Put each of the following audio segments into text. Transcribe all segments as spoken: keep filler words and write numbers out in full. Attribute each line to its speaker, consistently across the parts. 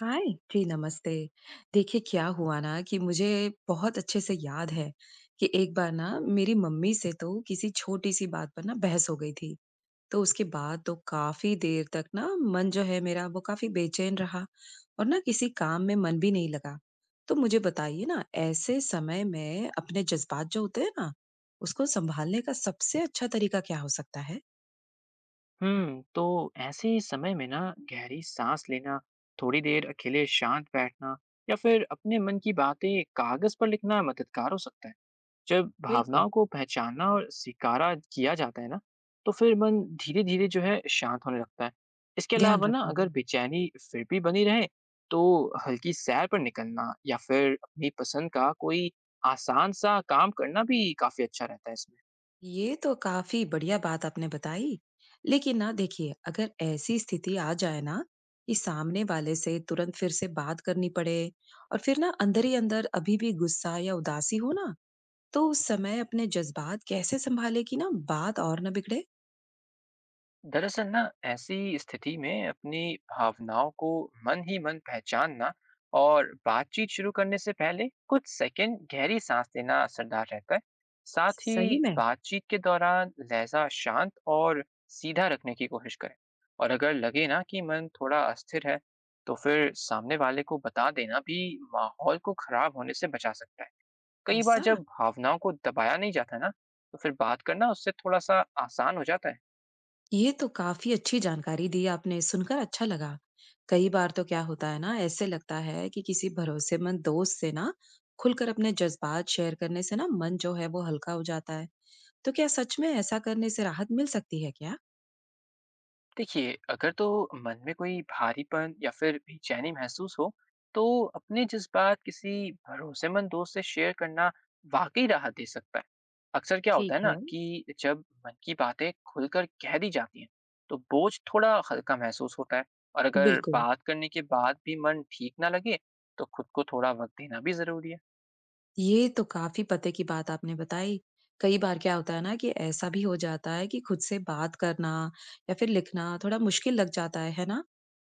Speaker 1: हाय जी नमस्ते। देखिए क्या हुआ ना कि मुझे बहुत अच्छे से याद है कि एक बार ना मेरी मम्मी से तो किसी छोटी सी बात पर ना बहस हो गई थी। तो उसके बाद तो काफी देर तक ना मन जो है मेरा वो काफी बेचैन रहा और ना किसी काम में मन भी नहीं लगा। तो मुझे बताइए ना, ऐसे समय में अपने जज्बात जो होते हैं ना, उसको संभालने का सबसे अच्छा तरीका क्या हो सकता है?
Speaker 2: हम्म तो ऐसे समय में ना गहरी सांस लेना, थोड़ी देर अकेले शांत बैठना या फिर अपने मन की बातें कागज पर लिखना मददगार हो सकता है। जब
Speaker 1: बिल्कुल।
Speaker 2: भावनाओं को पहचानना और स्वीकारा किया जाता है ना, तो फिर मन धीरे धीरे जो है शांत होने लगता है। इसके
Speaker 1: ध्यान
Speaker 2: अलावा ना
Speaker 1: रखना।
Speaker 2: अगर बेचैनी फिर भी बनी रहे, तो हल्की सैर पर निकलना या फिर अपनी पसंद का कोई आसान सा काम करना भी काफी अच्छा रहता है इसमें।
Speaker 1: ये तो काफी बढ़िया बात आपने बताई। लेकिन ना देखिए, अगर ऐसी स्थिति आ जाए ना कि सामने वाले से तुरंत फिर से बात करनी पड़े और फिर ना अंदर ही अंदर अभी भी गुस्सा या उदासी हो ना, तो उस समय अपने जज्बात कैसे संभाले कि ना बात और ना बिगड़े?
Speaker 2: दरअसल ना ऐसी स्थिति में अपनी भावनाओं को मन ही मन पहचानना और बातचीत शुरू करने से पहले कुछ सेकंड गहरी सांस लेना असरदार रहता है। साथ ही
Speaker 1: सही में।
Speaker 2: बातचीत के दौरान लहजा शांत और सीधा रखने की कोशिश करें। और अगर लगे ना कि मन थोड़ा अस्थिर है, तो फिर सामने वाले को बता देना भी माहौल को खराब होने से बचा सकता है। कई बार
Speaker 1: ऐसा।
Speaker 2: जब भावनाओं को दबाया नहीं जाता ना, तो फिर बात करना उससे थोड़ा सा आसान हो जाता है।
Speaker 1: ये तो काफी अच्छी जानकारी दी आपने, सुनकर अच्छा लगा। कई बार तो क्या होता है ना, ऐसे लगता है कि किसी भरोसेमंद दोस्त से ना खुलकर अपने जज़्बात शेयर करने से ना मन जो है वो हल्का हो जाता है। तो क्या सच में ऐसा करने से राहत मिल सकती है क्या?
Speaker 2: देखिए, अगर तो मन में कोई भारीपन या फिर बेचैनी महसूस हो, तो अपने जज़्बात किसी भरोसेमंद दोस्त से शेयर करना वाक़ई राहत दे सकता है। अक्सर क्या होता
Speaker 1: ठीक
Speaker 2: है ना
Speaker 1: है।
Speaker 2: कि जब मन की बातें खुलकर कह दी जाती हैं, तो बोझ थोड़ा हल्का महसूस होता है। और अगर
Speaker 1: बिल्कुल।
Speaker 2: बात करने के बाद भी मन ठीक ना लगे, तो खुद को थोड़ा वक़्त देना भी ज़रूरी है।
Speaker 1: ये तो काफ़ी पते की बात आपने बताई। कई बार क्या होता है ना कि ऐसा भी हो जाता है कि खुद से बात करना या फिर लिखना थोड़ा मुश्किल लग जाता है, है ना?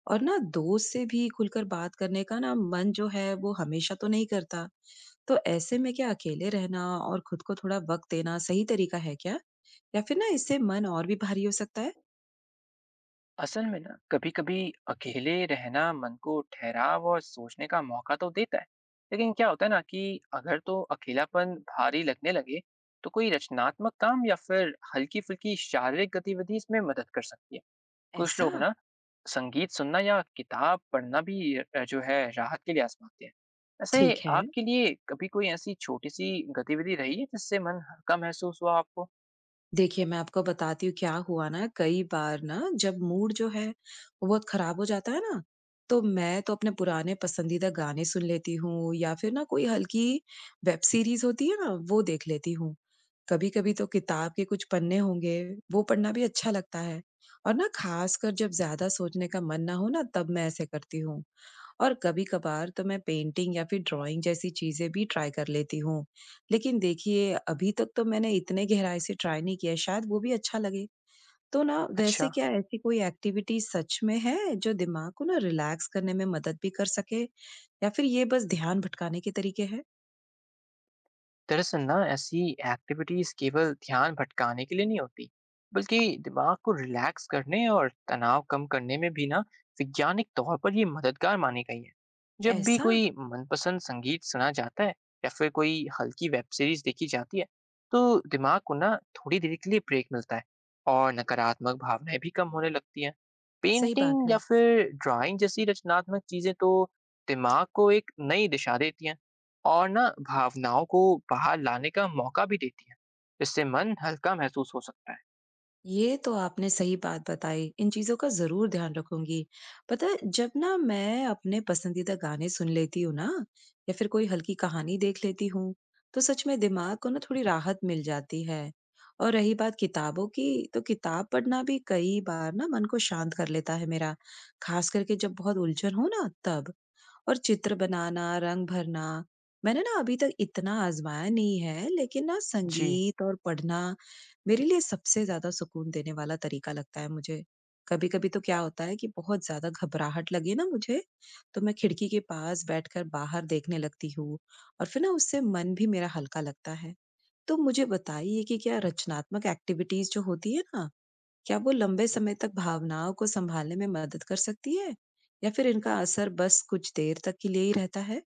Speaker 1: और ना दोस्त से भी खुलकर बात करने का ना मन जो है वो हमेशा तो नहीं करता। तो ऐसे में क्या अकेले रहना और खुद को थोड़ा वक़्त देना सही तरीका है क्या? या फिर ना इससे मन और भी भारी हो सकता है?
Speaker 2: असल में ना कभी कभी अकेले रहना मन को ठहराव और सोचने का मौका तो देता है, लेकिन क्या होता है ना कि अगर तो अकेलापन भारी लगने लगे, तो कोई रचनात्मक काम या फिर हल्की फुल्की शारीरिक गतिविधि इसमें मदद कर सकती है। कुछ लोग
Speaker 1: ऐसा?
Speaker 2: ना संगीत सुनना या किताब पढ़ना भी अ, जो है राहत के लिए आजमाते हैं।
Speaker 1: ठीक
Speaker 2: ऐसे
Speaker 1: है।
Speaker 2: आपके लिए कभी कोई ऐसी छोटी सी गतिविधि रही है जिससे मन हल्का महसूस हुआ आपको?
Speaker 1: देखिए, मैं आपको बताती हूँ क्या हुआ ना, कई बार ना जब मूड जो है वो बहुत खराब हो जाता है ना, तो मैं तो अपने पुराने पसंदीदा गाने सुन लेती हूँ या फिर ना कोई हल्की वेब सीरीज़ होती है ना, वो देख लेती हूँ। कभी-कभी तो किताब के कुछ पन्ने होंगे, वो पढ़ना भी अच्छा लगता है और ना ख़ासकर जब ज़्यादा सोचने का मन ना हो ना, तब मैं ऐसे करती हूँ। और कभी-कभार तो मैं पेंटिंग या फिर ड्राइंग जैसी चीज़ें भी ट्राई कर लेती हूँ। लेकिन देखिए, अभी तक तो मैंने इतने गहराई से ट्राई नहीं किया है, शायद वो भी अच्छा लगे। तो ना वैसे
Speaker 2: अच्छा।
Speaker 1: क्या ऐसी कोई एक्टिविटी सच में है जो दिमाग को ना रिलैक्स करने में मदद भी कर सके या फिर ये बस ध्यान भटकाने के तरीके हैं?
Speaker 2: दरअसल ना ऐसी एक्टिविटीज केवल ध्यान भटकाने के लिए नहीं होती, बल्कि दिमाग को रिलैक्स करने और तनाव कम करने में भी ना वैज्ञानिक तौर पर ये मददगार मानी गई है। जब भी
Speaker 1: ऐसा?
Speaker 2: कोई मनपसंद संगीत सुना जाता है या फिर कोई हल्की वेब सीरीज देखी जाती है, तो दिमाग को ना थोड़ी देर के लिए ब्रेक मिलता है और नकारात्मक भावनाएं भी कम होने लगती हैं।
Speaker 1: सही बात
Speaker 2: पेंटिंग या
Speaker 1: है।
Speaker 2: फिर ड्राइंग जैसी रचनात्मक चीजें तो दिमाग को एक नई दिशा देती हैं और ना भावनाओं को बाहर लाने का मौका भी देती है। इससे मन हल्का महसूस हो सकता है।
Speaker 1: ये तो आपने सही बात बताई। इन चीज़ों का ज़रूर ध्यान रखूँगी। पता है, जब ना मैं अपने पसंदीदा गाने सुन लेती हूँ ना या फिर कोई हल्की कहानी देख लेती हूँ, तो सच में दिमाग को ना थोड़ी राहत मिल जाती है। और रही बात किताबों की, तो किताब पढ़ना भी कई बार ना मन को शांत कर लेता है मेरा। ख़ास करके जब बहुत उलझन हो ना तब। और चित्र बनाना, रंग भरना मैंने ना अभी तक इतना आज़माया नहीं है, लेकिन ना
Speaker 2: जी।
Speaker 1: संगीत और पढ़ना मेरे लिए सबसे ज़्यादा सुकून देने वाला तरीका लगता है मुझे। कभी-कभी तो क्या होता है कि बहुत ज़्यादा घबराहट लगे ना मुझे, तो मैं खिड़की के पास बैठकर बाहर देखने लगती हूँ और फिर ना उससे मन भी मेरा हल्का लगता है। तो मुझे बताइए कि क्या रचनात्मक एक्टिविटीज़ जो होती है ना, क्या वो लंबे समय तक भावनाओं को संभालने में मदद कर सकती है या फिर इनका असर बस कुछ देर तक के लिए ही रहता है?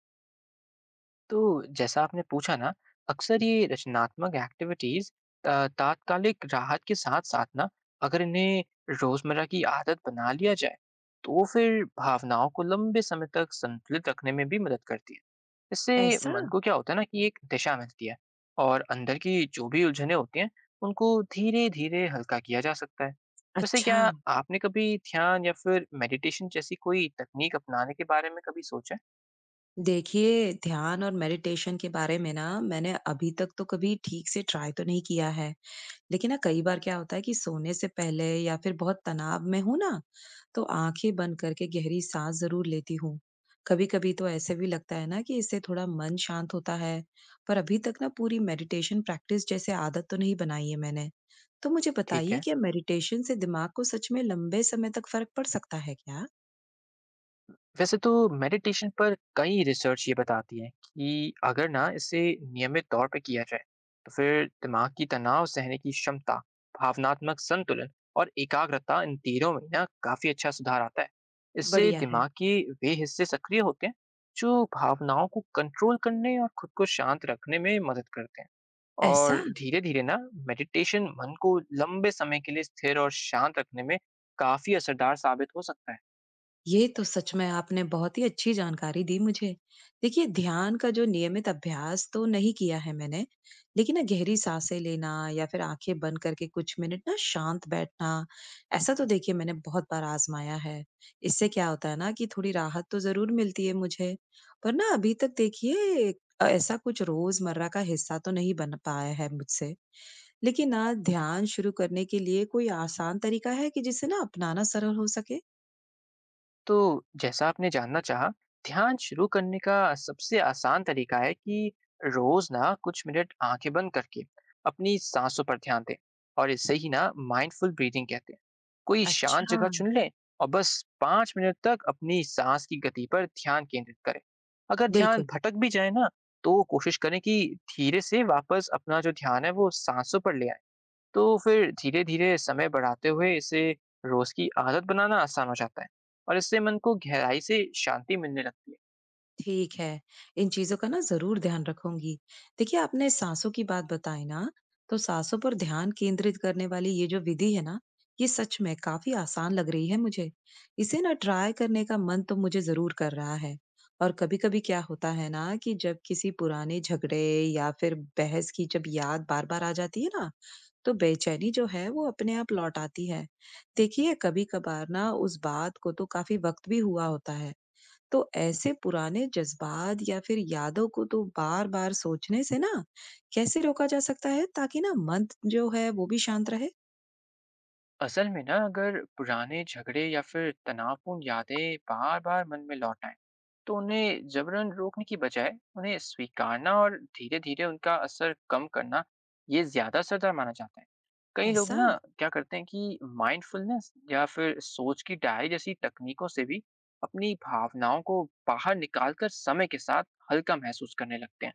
Speaker 2: तो जैसा आपने पूछा ना, अक्सर ये रचनात्मक एक्टिविटीज तात्कालिक राहत के साथ साथ ना अगर इन्हें रोजमर्रा की आदत बना लिया जाए, तो फिर भावनाओं को लंबे समय तक संतुलित रखने में भी मदद करती है। इससे
Speaker 1: ऐसा।
Speaker 2: मन को क्या होता है ना कि एक दिशा मिलती है और अंदर की जो भी उलझने होती हैं उनको धीरे धीरे हल्का किया जा सकता है। वैसे
Speaker 1: अच्छा।
Speaker 2: क्या आपने कभी ध्यान या फिर मेडिटेशन जैसी कोई तकनीक अपनाने के बारे में कभी सोचा है?
Speaker 1: देखिए, ध्यान और मेडिटेशन के बारे में ना मैंने अभी तक तो कभी ठीक से ट्राई तो नहीं किया है, लेकिन ना कई बार क्या होता है कि सोने से पहले या फिर बहुत तनाव में हूँ ना, तो आँखें बंद करके गहरी सांस ज़रूर लेती हूँ। कभी-कभी तो ऐसे भी लगता है ना कि इससे थोड़ा मन शांत होता है, पर अभी तक ना पूरी मेडिटेशन प्रैक्टिस जैसे आदत तो नहीं बनाई है मैंने। तो मुझे
Speaker 2: ठीक
Speaker 1: बताइए,
Speaker 2: है।
Speaker 1: क्या मेडिटेशन से दिमाग को सच में लंबे समय तक फ़र्क पड़ सकता है क्या?
Speaker 2: वैसे तो मेडिटेशन पर कई रिसर्च ये बताती है कि अगर ना इसे नियमित तौर पे किया जाए, तो फिर दिमाग की तनाव सहने की क्षमता, भावनात्मक संतुलन और एकाग्रता, इन तीनों में ना काफी अच्छा सुधार आता है। इससे
Speaker 1: बढ़िया है।
Speaker 2: दिमाग के वे हिस्से सक्रिय होते हैं जो भावनाओं को कंट्रोल करने और खुद को शांत रखने में मदद करते हैं।
Speaker 1: ऐसा।
Speaker 2: और धीरे धीरे ना मेडिटेशन मन को लंबे समय के लिए स्थिर और शांत रखने में काफी असरदार साबित हो सकता है।
Speaker 1: ये तो सच में आपने बहुत ही अच्छी जानकारी दी मुझे। देखिए, ध्यान का जो नियमित अभ्यास तो नहीं किया है मैंने, लेकिन ना गहरी साँसें लेना या फिर आँखें बंद करके कुछ मिनट ना शांत बैठना, ऐसा तो देखिए मैंने बहुत बार आज़माया है। इससे क्या होता है ना कि थोड़ी राहत तो ज़रूर मिलती है मुझे। पर ना अभी तक देखिए अ, ऐसा कुछ रोज़मर्रा का हिस्सा तो नहीं बन पाया है मुझसे। लेकिन ना ध्यान शुरू करने के लिए कोई आसान तरीका है कि जिसे ना अपनाना सरल हो सके?
Speaker 2: तो जैसा आपने जानना चाहा, ध्यान शुरू करने का सबसे आसान तरीका है कि रोज ना कुछ मिनट आंखें बंद करके अपनी सांसों पर ध्यान दें, और इसे ही ना माइंडफुल ब्रीदिंग कहते हैं। कोई शांत
Speaker 1: अच्छा।
Speaker 2: जगह चुन लें और बस पाँच मिनट तक अपनी सांस की गति पर ध्यान केंद्रित करें। अगर ध्यान
Speaker 1: बिल्कुल,
Speaker 2: भटक भी जाए ना, तो कोशिश करें कि धीरे से वापस अपना जो ध्यान है वो सांसों पर ले आए। तो फिर धीरे-धीरे समय बढ़ाते हुए इसे रोज की आदत बनाना आसान हो जाता है और इससे मन को गहराई से शांति मिलने लगती है।
Speaker 1: ठीक है। इन चीज़ों का ना ज़रूर ध्यान रखूँगी। देखिए, आपने साँसों की बात बताई ना, तो साँसों पर ध्यान केंद्रित करने वाली ये जो विधि है ना, ये सच में काफ़ी आसान लग रही है मुझे। इसे ना ट्राई करने का मन तो मुझे ज़रूर कर रहा है। और कभी-कभी क्या होता है ना कि जब किसी पुराने झगड़े या फिर बहस की जब याद बार-बार आ जाती है ना, तो बेचैनी जो है, वो अपने आप लौट आती है। देखिए, कभी-कभार ना उस बात को तो काफ़ी वक़्त भी हुआ होता है। तो ऐसे पुराने जज़्बात या फिर यादों को तो बार-बार सोचने से ना कैसे रोका जा सकता है ताकि ना मन जो है वो भी शांत रहे?
Speaker 2: असल में ना अगर पुराने झगड़े या फिर तनावपूर्ण यादें बार बार मन में लौट आए, तो उन्हें जबरन रोकने की बजाय उन्हें स्वीकारना और धीरे धीरे उनका असर कम करना, ये ज्यादा असरदार माना जाता है। कई लोग
Speaker 1: ऐसा।
Speaker 2: ना क्या करते हैं कि माइंडफुलनेस या फिर सोच की डायरी जैसी तकनीकों से भी अपनी भावनाओं को बाहर निकालकर समय के साथ हल्का महसूस करने लगते हैं।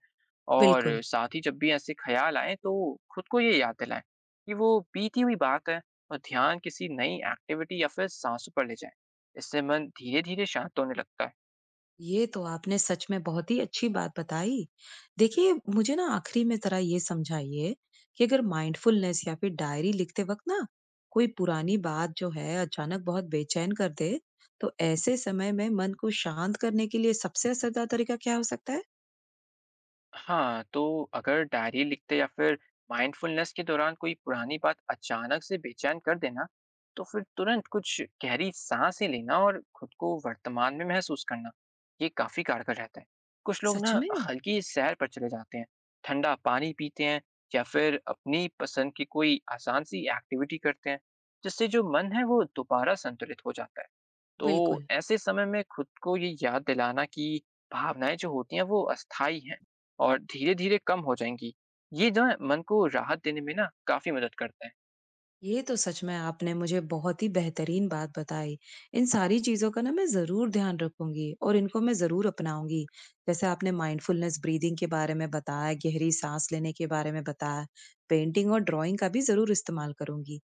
Speaker 2: और
Speaker 1: बिल्कुल।
Speaker 2: साथ ही जब भी ऐसे ख्याल आए, तो खुद को ये याद दिलाएं कि वो बीती हुई बात है, और ध्यान किसी नई एक्टिविटी या फिर सांसों पर ले जाएं। इससे मन धीरे-धीरे शांत होने लगता है।
Speaker 1: ये तो आपने सच में बहुत ही अच्छी बात बताई। देखिए, मुझे ना आखिरी में जरा ये समझाइए कि अगर माइंडफुलनेस या फिर डायरी लिखते वक्त ना कोई पुरानी बात जो है अचानक बहुत बेचैन कर दे, तो ऐसे समय में मन को शांत करने के लिए सबसे असरदार तरीका क्या हो सकता है?
Speaker 2: हाँ, तो अगर डायरी लिखते या फिर माइंडफुलनेस के दौरान कोई पुरानी बात अचानक से बेचैन कर देना, तो फिर तुरंत कुछ गहरी सांसें लेना और खुद को वर्तमान में महसूस करना, ये काफ़ी कारगर रहता है। कुछ लोग ना
Speaker 1: सच में।
Speaker 2: हल्की सैर पर चले जाते हैं, ठंडा पानी पीते हैं या फिर अपनी पसंद की कोई आसान सी एक्टिविटी करते हैं, जिससे जो मन है वो दोबारा संतुलित हो जाता है। तो
Speaker 1: बिल्कुल।
Speaker 2: ऐसे समय में खुद को ये याद दिलाना कि भावनाएं जो होती हैं वो अस्थाई हैं और धीरे-धीरे कम हो जाएँगी। ये जो है मन को राहत देने में ना काफ़ी मदद करता है।
Speaker 1: ये तो सच में आपने मुझे बहुत ही बेहतरीन बात बताई। इन सारी चीज़ों का ना मैं ज़रूर ध्यान रखूँगी और इनको मैं ज़रूर अपनाऊँगी। जैसे आपने माइंडफुलनेस ब्रीथिंग के बारे में बताया, गहरी सांस लेने के बारे में बताया, पेंटिंग और ड्राइंग का भी ज़रूर इस्तेमाल करूँगी।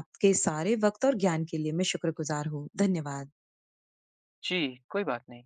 Speaker 1: आपके सारे वक़्त और ज्ञान के लिए मैं शुक्रगुज़ार हूँ। धन्यवाद।
Speaker 2: जी, कोई बात नहीं।